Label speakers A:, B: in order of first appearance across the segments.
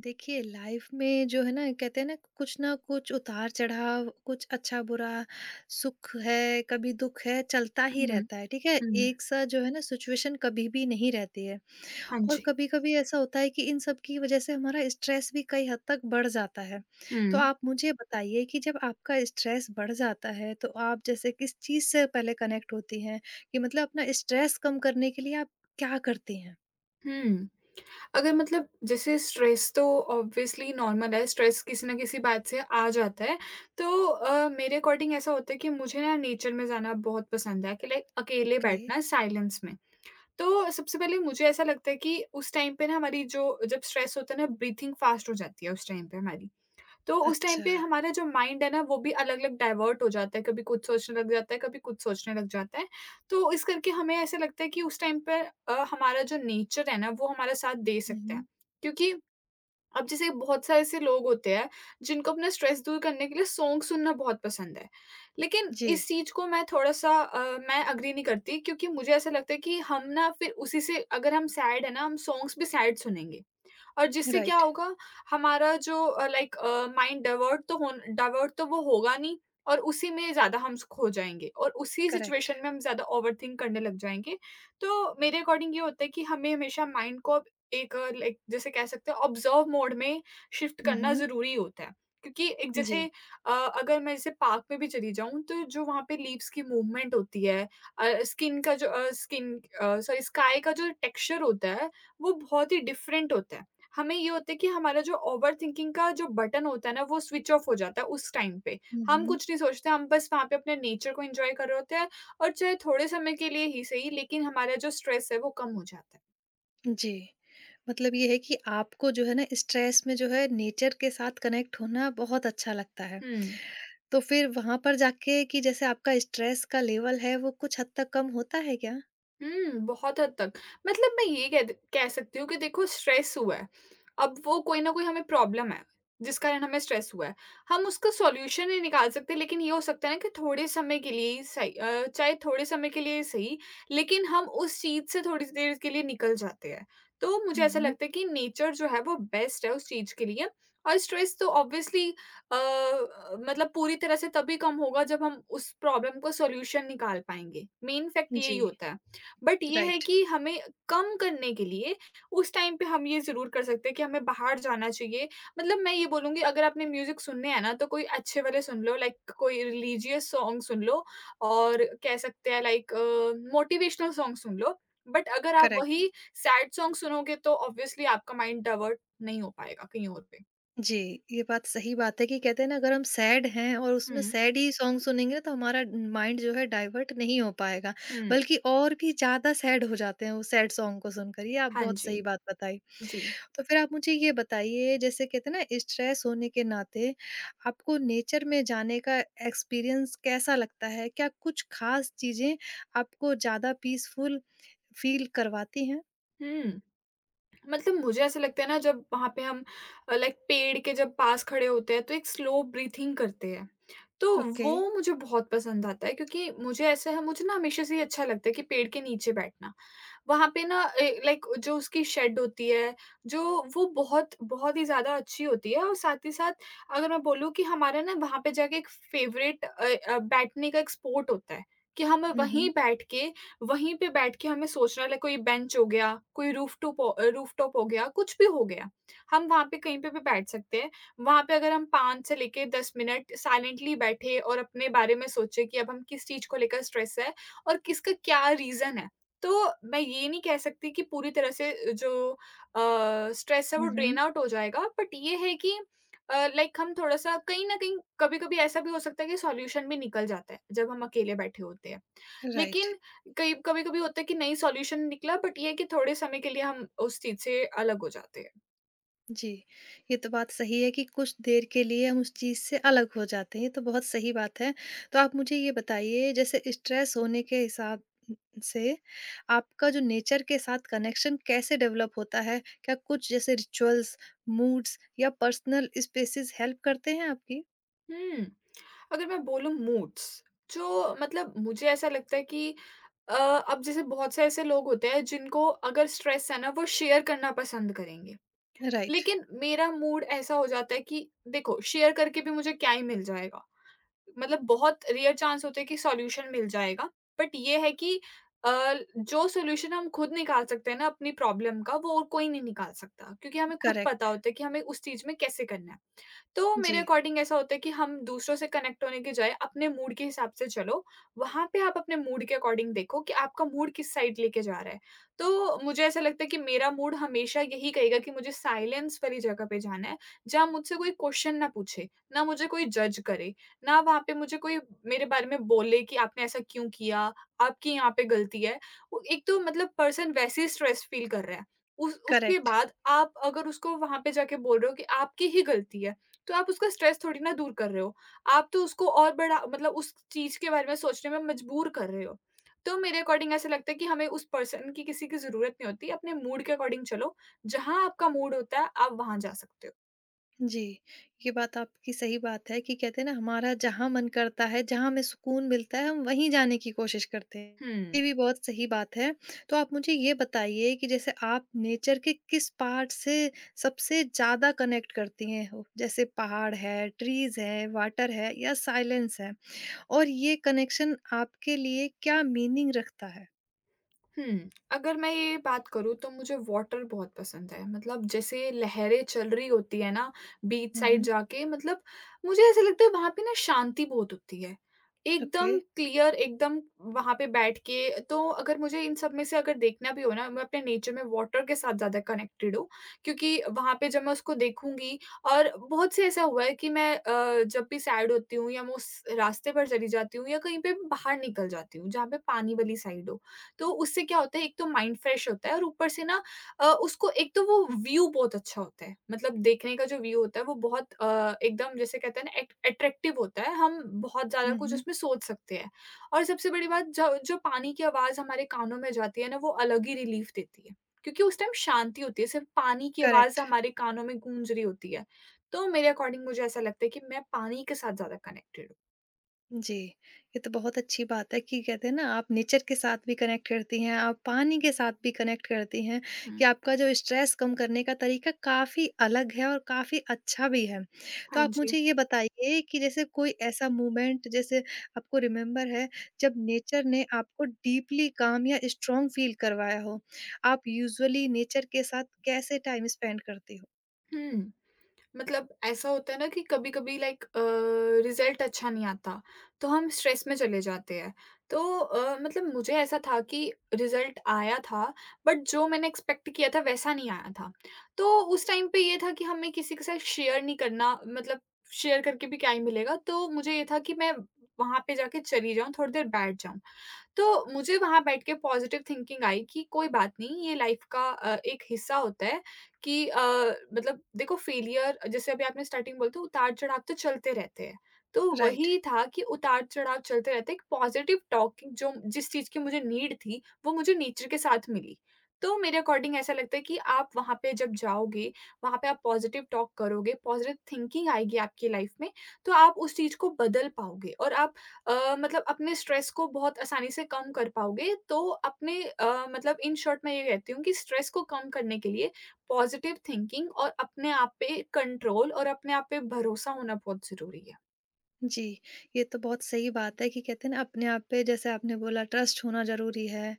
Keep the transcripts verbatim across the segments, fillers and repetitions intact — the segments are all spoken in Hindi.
A: देखिए लाइफ में जो है ना, कहते हैं ना, कुछ ना कुछ उतार चढ़ाव, कुछ अच्छा बुरा। सुख है, कभी दुख है, चलता ही
B: हुँ,
A: रहता है। ठीक है।
B: हुँ।
A: एक सा जो है ना सिचुएशन कभी भी नहीं रहती है।
B: हाँ
A: और
B: जी।
A: कभी कभी ऐसा होता है कि इन सब की वजह से हमारा स्ट्रेस भी कई हद तक बढ़ जाता है। तो
B: हुँ,
A: आप मुझे बताइए कि जब आपका स्ट्रेस बढ़ जाता है तो आप जैसे किस चीज से पहले कनेक्ट होती हैं, कि मतलब अपना स्ट्रेस कम करने के लिए आप क्या करती हैं।
B: हुँ। अगर मतलब जैसे स्ट्रेस तो ऑब्वियसली नॉर्मल है, स्ट्रेस किसी न किसी बात से आ जाता है। तो अ, मेरे अकॉर्डिंग ऐसा होता है कि मुझे ना नेचर में जाना बहुत पसंद है कि लाइक अकेले
A: ओके।
B: बैठना साइलेंस में। तो सबसे पहले मुझे ऐसा लगता है कि उस टाइम पे ना हमारी जो जब स्ट्रेस होता है ना, ब्रीथिंग फ़ास्ट हो जाती है उस टाइम पे हमारी। तो उस टाइम
A: अच्छा।
B: पे हमारा जो माइंड है ना, वो भी अलग-अलग डाइवर्ट हो जाता है, कभी कुछ सोचने लग जाता है, कभी कुछ सोचने लग जाता है। तो इस करके हमें ऐसा लगता है कि उस टाइम पे अ, हमारा जो नेचर है ना, वो हमारा साथ दे सकता
A: हम्म।
B: है। क्योंकि अब जैसे बहुत सारे ऐसे लोग होते हैं जिनको अपना स्ट्रेस दूर करने के लिए सॉन्ग सुनना बहुत पसंद है। लेकिन
A: जी।
B: इस चीज़ को मैं थोड़ा-सा अ, मैं एग्री नहीं करती, क्योंकि मुझे ऐसा लगता है कि हम ना फिर उसी से अगर हम सैड है ना, हम सॉन्ग्स भी सैड सुनेंगे। और जिससे क्या
A: राइट।
B: होगा, हमारा जो uh, like uh, mind divert तो होन डाइवर्ट तो वो होगा नहीं, और उसी में ज़्यादा हम स खो जाएँगे और उसी
A: करेक्ट।
B: सिचुएशन में हम ज़्यादा ओवरथिंक करने लग जाएँगे। तो मेरे अकॉर्डिंग ये होता है कि हमें हमेशा माइंड को अब एक लाइक जैसे कह सकते हैं ऑब्ज़र्व मोड में शिफ्ट
A: हुँ,
B: करना
A: हुँ।
B: ज़रूरी होता है। क्योंकि एक
A: जी।
B: जैसे अ, अगर मैं जैसे पार्क में भी चली जाऊँ, तो जो वहाँ पे लीव्स की मूवमेंट होती है, अ, स्किन का जो uh, skin, uh, sorry, sky का जो टेक्सचर होता है, वो बहुत ही डिफरेंट होता है। हमें ये होता है कि हमारा जो ओवरथिंकिंग का जो बटन होता है ना, वो स्विच ऑफ हो जाता है उस टाइम पे।
A: हुँ,
B: हम
A: हुँ।
B: कुछ नहीं सोचते, हम बस वहाँ पे अपने नेचर को एन्जॉय कर रहे होते हैं, और चाहे थोड़े समय के लिए ही सही, लेकिन हमारा जो स्ट्रेस है, वो कम हो जाता है।
A: जी। मतलब ये है कि आपको जो है ना स्ट्रेस में जो है नेचर के साथ कनेक्ट होना बहुत अच्छा लगता है।
B: हुँ।
A: तो फिर वहाँ पर जाके कि जैसे आपका स्ट्रेस का लेवल है वो कुछ हद तक कम होता है क्या?
B: हुँ, बहुत हद तक। मतलब मैं ये कह द कह सकती हूँ कि देखो स्ट्रेस हुआ है, अब वो कोई न कोई हमें प्रॉब्लम है, जिस कारण हमें स्ट्रेस हुआ है। हम उसका सॉल्यूशन नहीं निकाल सकते, लेकिन ये हो सकता है ना कि थोड़े समय के लिए ही सही अ, चाहे थोड़े समय के लिए ही सही, लेकिन हम उस चीज़ से थोड़ी सी देर के लिए निकल जाते हैं। तो मुझे
A: हुँ,
B: ऐसा
A: हुँ।
B: लगता है कि नेचर जो है वो बेस्ट है उस चीज़ के लिए। और स्ट्रेस तो ऑब्वियसली अ, मतलब पूरी तरह से तभी कम होगा, जब हम उस प्रॉब्लम का सॉल्यूशन निकाल पाएँगे। मेन फैक्ट
A: जी।
B: यही होता है। बट ये है
A: राइट।
B: कि हमें कम करने के लिए उस टाइम पे हम ये ज़रूर कर सकते हैं कि हमें बाहर जाना चाहिए। मतलब मैं ये बोलूँगी, अगर आपने म्यूज़िक सुनने हैं ना, तो कोई अच्छे वाले सुन लो, लाइक कोई रिलीजियस सॉन्ग सुन लो, और कह सकते हैं लाइक अ, मोटिवेशनल सॉन्ग सुन लो। बट अगर आप
A: करेक्ट।
B: वही सैड सॉन्ग सुनोगे, तो ऑब्वियसली आपका माइंड डाइवर्ट नहीं हो पाएगा कहीं और पे।
A: जी। ये बात सही बात है कि कहते हैं ना, अगर हम सैड हैं और उसमें
B: हुँ,
A: सैड ही सॉन्ग सुनेंगे ना, तो हमारा माइंड जो है डाइवर्ट नहीं हो पाएगा,
B: हुँ।
A: बल्कि और भी ज़्यादा सैड हो जाते हैं वो सैड सॉन्ग को सुनकर। ये आप
B: हाँ
A: बहुत
B: जी।
A: सही बात बताई।
B: जी।
A: तो फिर आप मुझे ये बताइए, जैसे कहते हैं ना स्ट्रेस होने के नाते आपको नेचर में जाने का एक्सपीरियंस कैसा लगता है? क्या कुछ ख़ास चीज़ें आपको ज़्यादा पीसफुल फ़ील करवाती हैं?
B: हुँ। मतलब मुझे ऐसा लगता है ना, जब वहाँ पे हम अ, लाइक पेड़ के जब पास खड़े होते हैं, तो एक स्लो ब्रीथिंग करते हैं। तो
A: ओके।
B: वो मुझे बहुत पसंद आता है, क्योंकि मुझे ऐसा है, मुझे ना हमेशा से ही अच्छा लगता है कि पेड़ के नीचे बैठना। वहाँ पे ना ए, लाइक जो उसकी शेड होती है, जो वो बहुत बहुत ही ज़्यादा अच्छी होती है, और साथ ही साथ अगर मैं बोलूँ कि हमारा ना वहाँ पे जाके एक फ़ेवरेट अ अ, बैठने का एक स्पॉट होता है, कि हम
A: हुँ,
B: वहीं
A: हुँ।
B: बैठ के वहीं पे बैठ के हमें सोचना ल कोई बेंच हो गया, कोई रूफ़टॉप हो अ, रूफ़टॉप हो गया, कुछ भी हो गया। हम वहाँ पे कहीं पे भी बैठ सकते हैं। वहाँ पे अगर हम पाँच से लेके दस मिनट साइलेंटली बैठे और अपने बारे में सोचे कि अब हम किस चीज़ को लेकर स्ट्रेस है और किसका क्या रीज़न है। तो मैं ये नहीं कह सकती कि पूरी तरह से जो अ, स्ट्रेस है वो
A: हुँ,
B: ड्रेन
A: हुँ।
B: आउट हो जाएगा, बट ये है कि अ, लाइक हम थोड़ा-सा कहीं न कहीं, कभी-कभी ऐसा भी हो सकता है कि सॉल्यूशन भी निकल जाता है, जब हम अकेले बैठे होते हैं।
A: राइट।
B: लेकिन कई कभी-कभी होता है कि नई सॉल्यूशन निकला, बट ये है कि थोड़े समय के लिए हम उस चीज़ से अलग हो जाते हैं।
A: जी, ये तो बात सही है कि कुछ देर के लिए हम उस चीज़ से अलग हो जाते हैं। ये तो बहुत सही बात है। तो आप मुझे ये बताइए, जैसे स्ट्रेस होने के हिसाब से आपका जो नेचर के साथ कनेक्शन कैसे डेवलप होता है? क्या कुछ जैसे रिचुअल्स, मूड्स या पर्सनल स्पेसेस हेल्प करते हैं आपकी?
B: हुँ, अगर मैं बोलूँ मूड्स, जो मतलब मुझे ऐसा लगता है कि अ, अब जैसे बहुत से ऐसे लोग होते हैं जिनको अगर स्ट्रेस है ना, वो शेयर करना पसंद करेंगे।
A: राइट।
B: लेकिन मेरा मूड ऐसा हो जाता है कि देखो, शेयर करके भी मुझे क्या ही मिल जाएगा? मतलब बहुत रेयर चांस होते हैं कि सॉल्यूशन मिल जाएगा। बट ये है कि अ, जो सॉल्यूशन हम खुद निकाल सकते हैं ना अपनी प्रॉब्लम का, वो और कोई नहीं निकाल सकता। क्योंकि हमें खुद
A: करेक्ट।
B: पता होता है कि हमें उस चीज़ में कैसे करना है। तो मेरे
A: जी।
B: अकॉर्डिंग ऐसा होता है कि हम दूसरों से कनेक्ट होने के जाए अपने मूड के हिसाब से चलो। वहाँ पे आप अपने मूड के अकॉर्डिंग देखो कि आपका मूड किस साइड लेके जा रहा है। तो मुझे ऐसा लगता है कि मेरा मूड हमेशा यही कहेगा कि मुझे साइलेंस वाली जगह पे जाना है, जहाँ मुझसे कोई क्वेश्चन ना पूछे, ना मुझे कोई जज करे, ना वहाँ पे मुझे कोई मेरे बारे में बोले कि आपने ऐसा क्यों किया? आपकी यहाँ पे गलती है। वो एक तो मतलब पर्सन वैसे ही स्ट्रेस फील कर रहा है। उस उसके
A: करेक्ट।
B: बाद आप अगर उसको वहाँ पे जाके बोल रहे हो कि आपकी ही गलती है। तो आप उसका स्ट्रेस थोड़ी ना दूर कर रहे हो। आप तो उसको और बड़ा मतलब उस चीज़ के बारे में सोचने में मजबूर कर रहे हो। तो मेरे अकॉर्डिंग ऐसा लगता है कि हमें उस पर्सन की किसी की ज़रूरत नहीं होती, अपने मूड के अकॉर्डिंग चलो, जहाँ आपका मूड होता है, आप वहाँ जा सकते हो।
A: जी, ये बात आपकी सही बात है कि कहते हैं ना, हमारा जहाँ मन करता है, जहाँ हमें सुकून मिलता है, हम वहीं जाने की कोशिश करते हैं।
B: हुँ।
A: ये भी बहुत सही बात है। तो आप मुझे ये बताइए कि जैसे आप नेचर के किस पार्ट से सबसे ज़्यादा कनेक्ट करती हैं हो? जैसे पहाड़ है, ट्रीज़ है, वाटर है या साइलेंस है? और ये कनेक्शन आपके लिए क्या मीनिंग रखता है?
B: हुँ, अगर मैं ये बात करूँ, तो मुझे वाटर बहुत पसंद है। मतलब जैसे लहरें चल रही होती हैं ना, बीच
A: हुँ,
B: साइड
A: हुँ।
B: जाके मतलब मुझे ऐसा लगता है वहाँ पे ना शांति बहुत होती है।
A: ओके।
B: एकदम क्लियर, एकदम वहाँ पे बैठ के, तो अगर मुझे इन सब में से अगर देखना भी हो ना, मैं अपने नेचर में वाटर के साथ ज़्यादा कनेक्टेड हूँ। क्योंकि वहाँ पे जब मैं उसको देखूँगी, और बहुत से ऐसा हुआ है कि मैं अ, जब भी सैड होती हूँ या मैं उस रास्ते पर चली जाती हूँ, या कहीं पे बाहर निकल जाती हूँ, जहाँ पे पानी वाली साइड हो। तो उससे क्या होता है, एक तो माइंड फ्रेश होता है, और ऊपर से ना अ, उसको एक तो वो व्यू बहुत अच्छा होता है, मतलब देखने का जो व्यू होता है वो बहुत अ, एकदम जैसे कहते हैं ना अट्रैक्टिव होता है, हम बहुत ज़्यादा
A: हुँ,
B: कुछ
A: हुँ।
B: उसमें सोच सकते हैं। और सबसे बड़ी बात, जो जो पानी की आवाज़ हमारे कानों में जाती है ना, वो अलग ही रिलीफ देती है, क्योंकि उस टाइम शांति होती है, सिर्फ पानी की आवाज़
A: करेक्ट।
B: हमारे कानों में गूंज रही होती है। तो मेरे अकॉर्डिंग मुझे ऐसा लगता है कि मैं पानी के साथ ज़्यादा कनेक्टेड
A: जी, ये तो बहुत अच्छी बात है कि कहते हैं ना, आप नेचर के साथ भी कनेक्ट करती हैं, आप पानी के साथ भी कनेक्ट करती हैं,
B: हूँ। हुँ,
A: कि आपका जो स्ट्रेस कम करने का तरीका काफ़ी अलग है और काफ़ी अच्छा भी है।
B: हाँ
A: तो आप
B: जी।
A: मुझे ये बताइए कि जैसे कोई ऐसा मोमेंट जैसे आपको रिमेम्बर है, जब नेचर ने आपको डीपली काम या स्ट्रॉन्ग फ़ील करवाया हो, आप यूजुअली नेचर के साथ कैसे टाइम स्पेंड करती हो?
B: हुँ। मतलब ऐसा होता है ना कि कभी-कभी लाइक अ, रिज़ल्ट अच्छा नहीं आता, तो हम स्ट्रेस में चले जाते हैं। तो अ, मतलब मुझे ऐसा था कि रिज़ल्ट आया था, बट जो मैंने एक्सपेक्ट किया था वैसा नहीं आया था। तो उस टाइम पे ये था कि हमें किसी के साथ शेयर नहीं करना, मतलब शेयर करके भी क्या ही मिलेगा? तो मुझे ये था कि मैं वहाँ पे जाके चली जाऊँ, थोड़ी देर बैठ जाऊँ। तो मुझे वहाँ बैठ के पॉज़िटिव थिंकिंग आई कि कोई बात नहीं, ये लाइफ़ का अ, एक हिस्सा होता है कि अ, मतलब देखो फेलियर जैसे अभी आपने स्टार्टिंग बोला था उतार-चढ़ाव तो चलते रहते हैं। तो
A: राइट।
B: वही था कि उतार-चढ़ाव चलते रहते हैं, एक पॉज़िटिव टॉकिंग जो जिस चीज़ की मुझे नीड थी, वो मुझे नेचर के साथ मिली। तो मेरे अकॉर्डिंग ऐसा लगता है कि आप वहाँ पे जब जाओगे, वहाँ पे आप पॉज़िटिव टॉक करोगे, पॉज़िटिव थिंकिंग आएगी आपकी लाइफ़ में, तो आप उस चीज़ को बदल पाओगे और आप अ, मतलब अपने स्ट्रेस को बहुत आसानी से कम कर पाओगे, तो अपने अ, मतलब इन शॉर्ट मैं ये कहती हूँ कि स्ट्रेस को कम करने के लिए पॉज़िटिव थिंकिंग और अपने आप पे कंट्रोल और अपने आप पे भरोसा होना बहुत ज़रूरी है।
A: जी, ये तो बहुत सही बात है कि कहते हैं ना, अपने आप पे जैसे आपने बोला ट्रस्ट होना ज़रूरी है।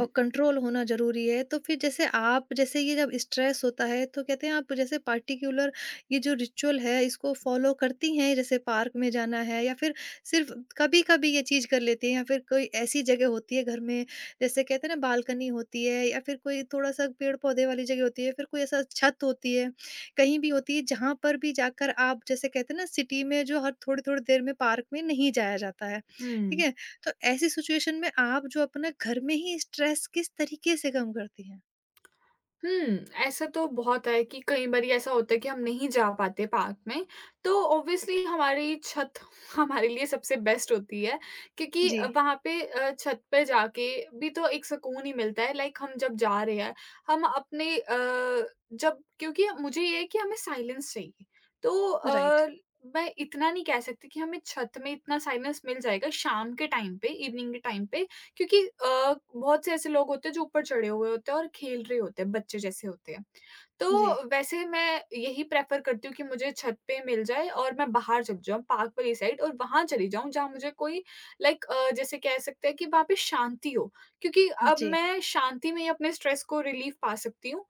A: और कंट्रोल होना ज़रूरी है। तो फिर जैसे आप जैसे ये जब स्ट्रेस होता है तो कहते हैं आप जैसे पार्टिकुलर ये जो रिचुअल है इसको फ़ॉलो करती हैं? जैसे पार्क में जाना है या फिर सिर्फ़ कभी-कभी ये चीज़ कर लेती हैं, या फिर कोई ऐसी जगह होती है घर में, जैसे कहते हैं ना बालकनी होती है या फिर कोई थोड़ा-सा पेड़-पौधे वाली जगह होती है, फिर कोई ऐसा छत होती है, कहीं भी होती है जहाँ पर भी जाकर आप जैसे कहते हैं ना सिटी में जो हर थोड़ी-थोड़ी देर में पार्क में नहीं जाया जाता है, ठीक
B: हुँ।
A: है? तो ऐसी सिचुएशन में आप जो अपना घर में ही स्ट्रेस किस तरीके से कम करती हैं?
B: हुँ, ऐसा तो बहुत है कि कई बारी ऐसा होता है कि हम नहीं जा पाते पार्क में, तो ऑब्वियसली हमारी छत हमारे लिए सबसे बेस्ट होती है क्योंकि
A: जी।
B: अ, वहाँ पे अ, छत पे जाके भी तो एक सुकून ही मिलता है लाइक हम जब जा रहे हैं, हम अपने अ, जब क्योंकि मुझे ये है कि हमें साइलेंस चाहिए, तो
A: राइट।
B: अ, मैं इतना नहीं कह सकती कि हमें छत में इतना साइलेंस मिल जाएगा शाम के टाइम पे, इवनिंग के टाइम पे क्योंकि अ, बहुत से ऐसे लोग होते हैं जो ऊपर चढ़े हुए होते हैं और खेल रहे होते हैं, बच्चे जैसे होते हैं।
A: जी,
B: तो वैसे मैं यही प्रेफ़र करती हूँ कि मुझे छत पे मिल जाए और मैं बाहर चली जाऊँ पार्क वाली साइड और वहाँ चली जाऊँ जहाँ मुझे कोई लाइक अ, जैसे कह सकते हैं कि वहाँ पे शांति हो। क्योंकि अब
A: जी,
B: मैं शांति में ही अपने स्ट्रेस को रिलीफ़ पा सकती हूँ।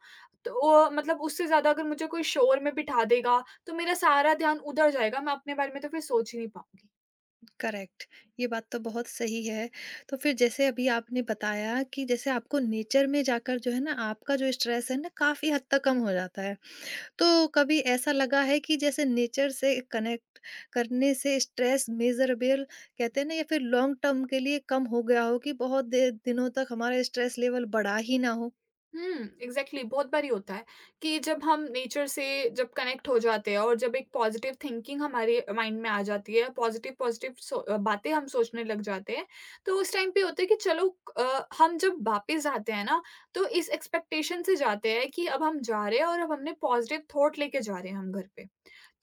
B: तो अ, मतलब उससे ज़्यादा अगर मुझे कोई शोर में बिठा देगा, तो मेरा सारा ध्यान उधर जाएगा, मैं अपने बारे में तो फिर सोच ही नहीं पाऊँगी।
A: करेक्ट। ये बात तो बहुत सही है। तो फिर जैसे अभी आपने बताया कि जैसे आपको नेचर में जाकर जो है ना आपका जो स्ट्रेस है ना काफ़ी हद तक कम हो जाता है। तो कभी ऐसा लगा है कि जैसे नेचर से कनेक्ट करने से स्ट्रेस मेज़रेबल कहते हैं ना, या फिर लॉन्ग टर्म के लिए कम हो गया हो कि बहुत देर दिनों तक हमारा स्ट्रेस लेवल बढ़ा ही ना हो?
B: हुँ, एग्ज़ैक्टली बहुत बारी होता है कि जब हम नेचर से जब कनेक्ट हो जाते हैं और जब एक पॉज़िटिव थिंकिंग हमारे माइंड में आ जाती है, पॉज़िटिव-पॉज़िटिव सो अ, बातें हम सोचने लग जाते हैं, तो उस टाइम पे होता है कि चलो अ, हम जब वापस आते हैं ना, तो इस एक्सपेक्टेशन से जाते हैं कि अब हम जा रहे हैं और अब हमने पॉज़िटिव थॉट लेके जा रहे हैं हम घर पे।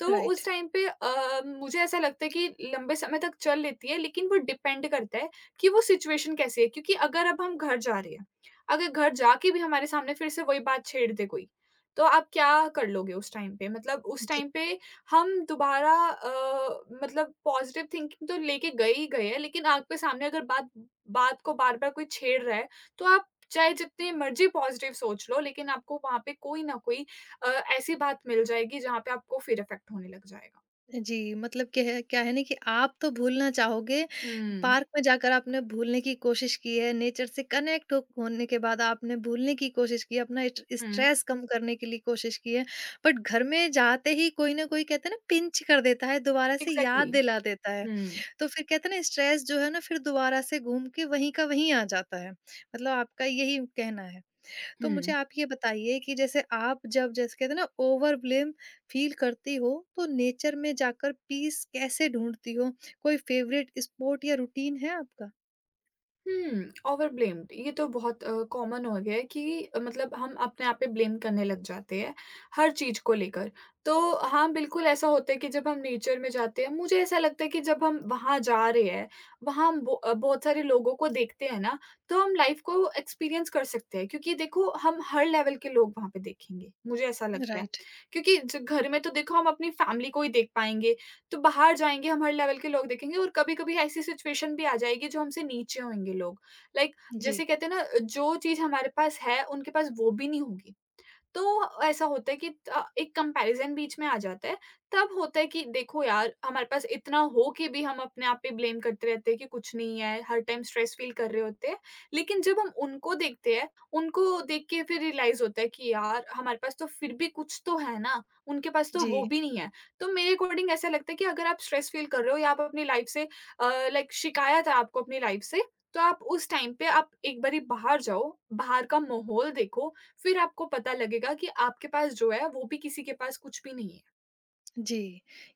B: तो
A: राइट।
B: उस टाइम पे अ, मुझे ऐसा लगता है कि लंबे समय तक चल लेती है, लेकिन वो डिपेंड करता है कि वो सिचुएशन कैसी है। क्योंकि अगर अब हम घर जा रहे हैं, अगर घर जाके भी हमारे सामने फिर से वही बात छेड़ दे कोई, तो आप क्या कर लोगे उस टाइम पे? मतलब उस टाइम पे हम दोबारा अ, मतलब पॉज़िटिव थिंकिंग तो लेके गए ही गए हैं, लेकिन आपके सामने अगर बात बात को बार-बार कोई छेड़ रहा है, तो आप चाहे जितनी मर्ज़ी पॉज़िटिव सोच लो, लेकिन आपको वहाँ पे कोई ना कोई अ, ऐसी बात मिल जाएगी जहाँ पे आपको फिर इफ़ेक्ट होने लग जाएगा।
A: जी, मतलब कह क्या है ना कि आप तो भूलना चाहोगे,
B: हुँ।
A: पार्क में जाकर आपने भूलने की कोशिश की है, नेचर से कनेक्ट हो होने के बाद आपने भूलने की कोशिश की है, अपना स्ट
B: हुँ,
A: स्ट्रेस कम करने के लिए कोशिश की है, बट घर में जाते ही कोई न कोई कहते हैं ना पिंच कर देता है, दोबारा से
B: एग्ज़ैक्टली।
A: याद दिला देता है।
B: हुँ,
A: तो फिर कहते हैं ना स्ट्रेस जो है ना फिर दोबारा से घूम के वहीं का वहीं आ जाता है। मतलब आपका यही कहना है। तो मुझे
B: हुँ।
A: आप ये बताइए कि जैसे आप जब जैसे कहते हैं ना ओवरव्हेलम फील करती हो तो नेचर में जाकर पीस कैसे ढूंढती हो? कोई फेवरेट स्पॉट या रूटीन है आपका?
B: हुँ, ओवर ब्लेम्ड ये तो बहुत अ, कॉमन हो गया है कि अ, मतलब हम अपने आप पे ब्लेम करने लग जाते हैं, हर चीज़ को लेकर। तो हाँ, बिल्कुल ऐसा होता है कि जब हम नेचर में जाते हैं मुझे ऐसा लगता है कि जब हम वहाँ जा रहे हैं, वहाँ हम बो अ, बहुत सारे लोगों को देखते हैं ना, तो हम लाइफ़ को एक्सपीरियंस कर सकते हैं क्योंकि देखो हम हर लेवल के लोग वहाँ पे देखेंगे, मुझे ऐसा लगता है।
A: राइट।
B: क्योंकि ज घर में तो देखो हम अपनी फैमिली को ही देख पाएँगे, तो बाहर जाएँगे, हमारे लेवल के लोग देखेंगे और कभी-कभी ऐसी सिचुएशन भी आ जाएगी जो हमसे नीचे होंगे लोग। लाइक
A: जी,
B: जैसे कहते हैं ना, जो चीज़ हमारे पास है, उनके पास वो भी नहीं होगी। तो ऐसा होता है कि अ, एक कंपैरिज़न बीच में आ जाता है। तब होता है कि देखो यार, हमारे पास इतना हो के भी हम अपने आप पे ब्लेम करते रहते हैं कि कुछ नहीं है, हर टाइम स्ट्रेस फ़ील कर रहे होते हैं। लेकिन जब हम उनको देखते हैं, उनको देख के फिर रियलाइज़ होता है कि यार, हमारे पास तो फिर भी कुछ तो है ना, उनके पास तो वो
A: जी,
B: भी नहीं है। तो मेरे अकॉर्डिंग ऐसा लगता है कि अगर आप स्ट्रेस फ़ील कर रहे हो या आप अपनी लाइफ़ से अ, लाइक शिकायत है आपको अपनी लाइफ़ से, तो आप उस टाइम पे आप एक बारी बाहर जाओ, बाहर का माहौल देखो फिर आपको पता लगेगा कि आपके पास जो है, वो भी किसी के पास कुछ भी नहीं है।
A: जी।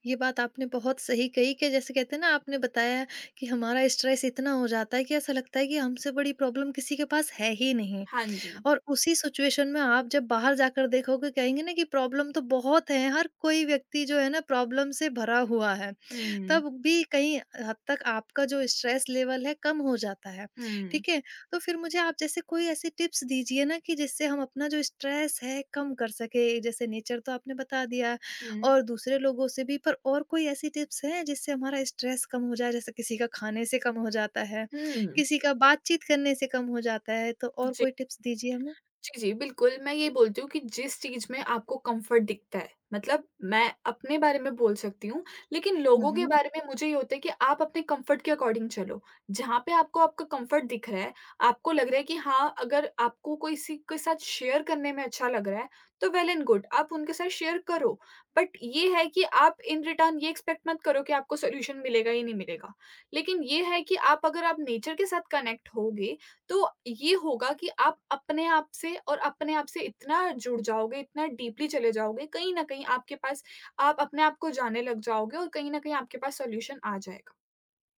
A: ये बात आपने बहुत सही कही कि जैसे कहते हैं ना आपने बताया कि हमारा स्ट्रेस इतना हो जाता है कि ऐसा लगता है कि हमसे बड़ी प्रॉब्लम किसी के पास है ही नहीं,
B: हाँ जी।
A: और उसी सिचुएशन में आप जब बाहर जाकर देखोगे कहेंगे ना कि प्रॉब्लम तो बहुत है, हर कोई व्यक्ति जो है ना प्रॉब्लम से भरा हुआ है।
B: हुँ,
A: तब भी कहीं हद तक आपका जो स्ट्रेस लेवल है कम हो जाता है,
B: हुँ,
A: ठीक है? तो फिर मुझे आप जैसे कोई ऐसी टिप्स दीजिए ना कि जिससे हम अपना जो स्ट्रेस है कम कर सकें। जैसे नेचर तो आपने बता दिया,
B: हुँ,
A: और दूसरे लोगों से भी, पर और कोई ऐसी टिप्स हैं जिससे हमारा स्ट्रेस कम हो जाए? जैसे किसी का खाने से कम हो जाता है,
B: हुँ,
A: किसी का बातचीत करने से कम हो जाता है, तो और
B: जी।
A: कोई टिप्स दीजिए हमें?
B: जी, जी, बिल्कुल, मैं ये बोलती हूँ कि जिस चीज़ में आपको कम्फ़र्ट दिखता है, मतलब मैं अपने बारे में बोल सकती हूँ, लेकिन
A: हुँ,
B: लोगों के
A: हुँ।
B: बारे में मुझे ये होता है कि आप अपने कम्फ़र्ट के अकॉर्डिंग चलो। जहाँ पे आपको आपका कम्फ़र्ट दिख रहा है, आपको लग रहा है कि हाँ, अगर आपको कोई किसी के साथ शेयर करने में अच्छा लग रहा है, तो वेल एंड गुड, आप उनके साथ शेयर करो। बट ये है कि आप इन रिटर्न ये एक्सपेक्ट मत करो कि आपको सॉल्यूशन मिलेगा ही नहीं मिलेगा। लेकिन ये है कि आप अगर आप नेचर के साथ कनेक्ट होगे तो ये होगा कि आप अपने आप से और अपने आप से इतना जुड़ जाओगे, इतना डीपली चले जाओगे, कहीं न कहीं आपके पास आप अपने आप को जाने लग जाओगे और कहीं न कहीं आपके पास सॉल्यूशन आ जाएगा।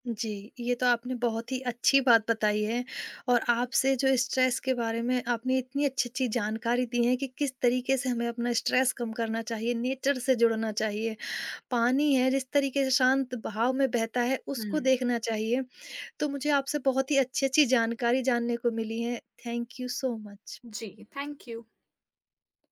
A: जी, ये तो आपने बहुत ही अच्छी बात बताई है, और आपसे जो स्ट्रेस के बारे में आपने इतनी अच्छी-अच्छी जानकारी दी है कि किस तरीके से हमें अपना स्ट्रेस कम करना चाहिए, नेचर से जुड़ना चाहिए। पानी है जिस तरीके से शांत बहाव में बहता है उसको
B: हुँ।
A: देखना चाहिए। तो मुझे आपसे बहुत ही अच्छी-अच्छी जानकारी जानने को मिली है। Thank you so much.
B: जी, थैंक यू।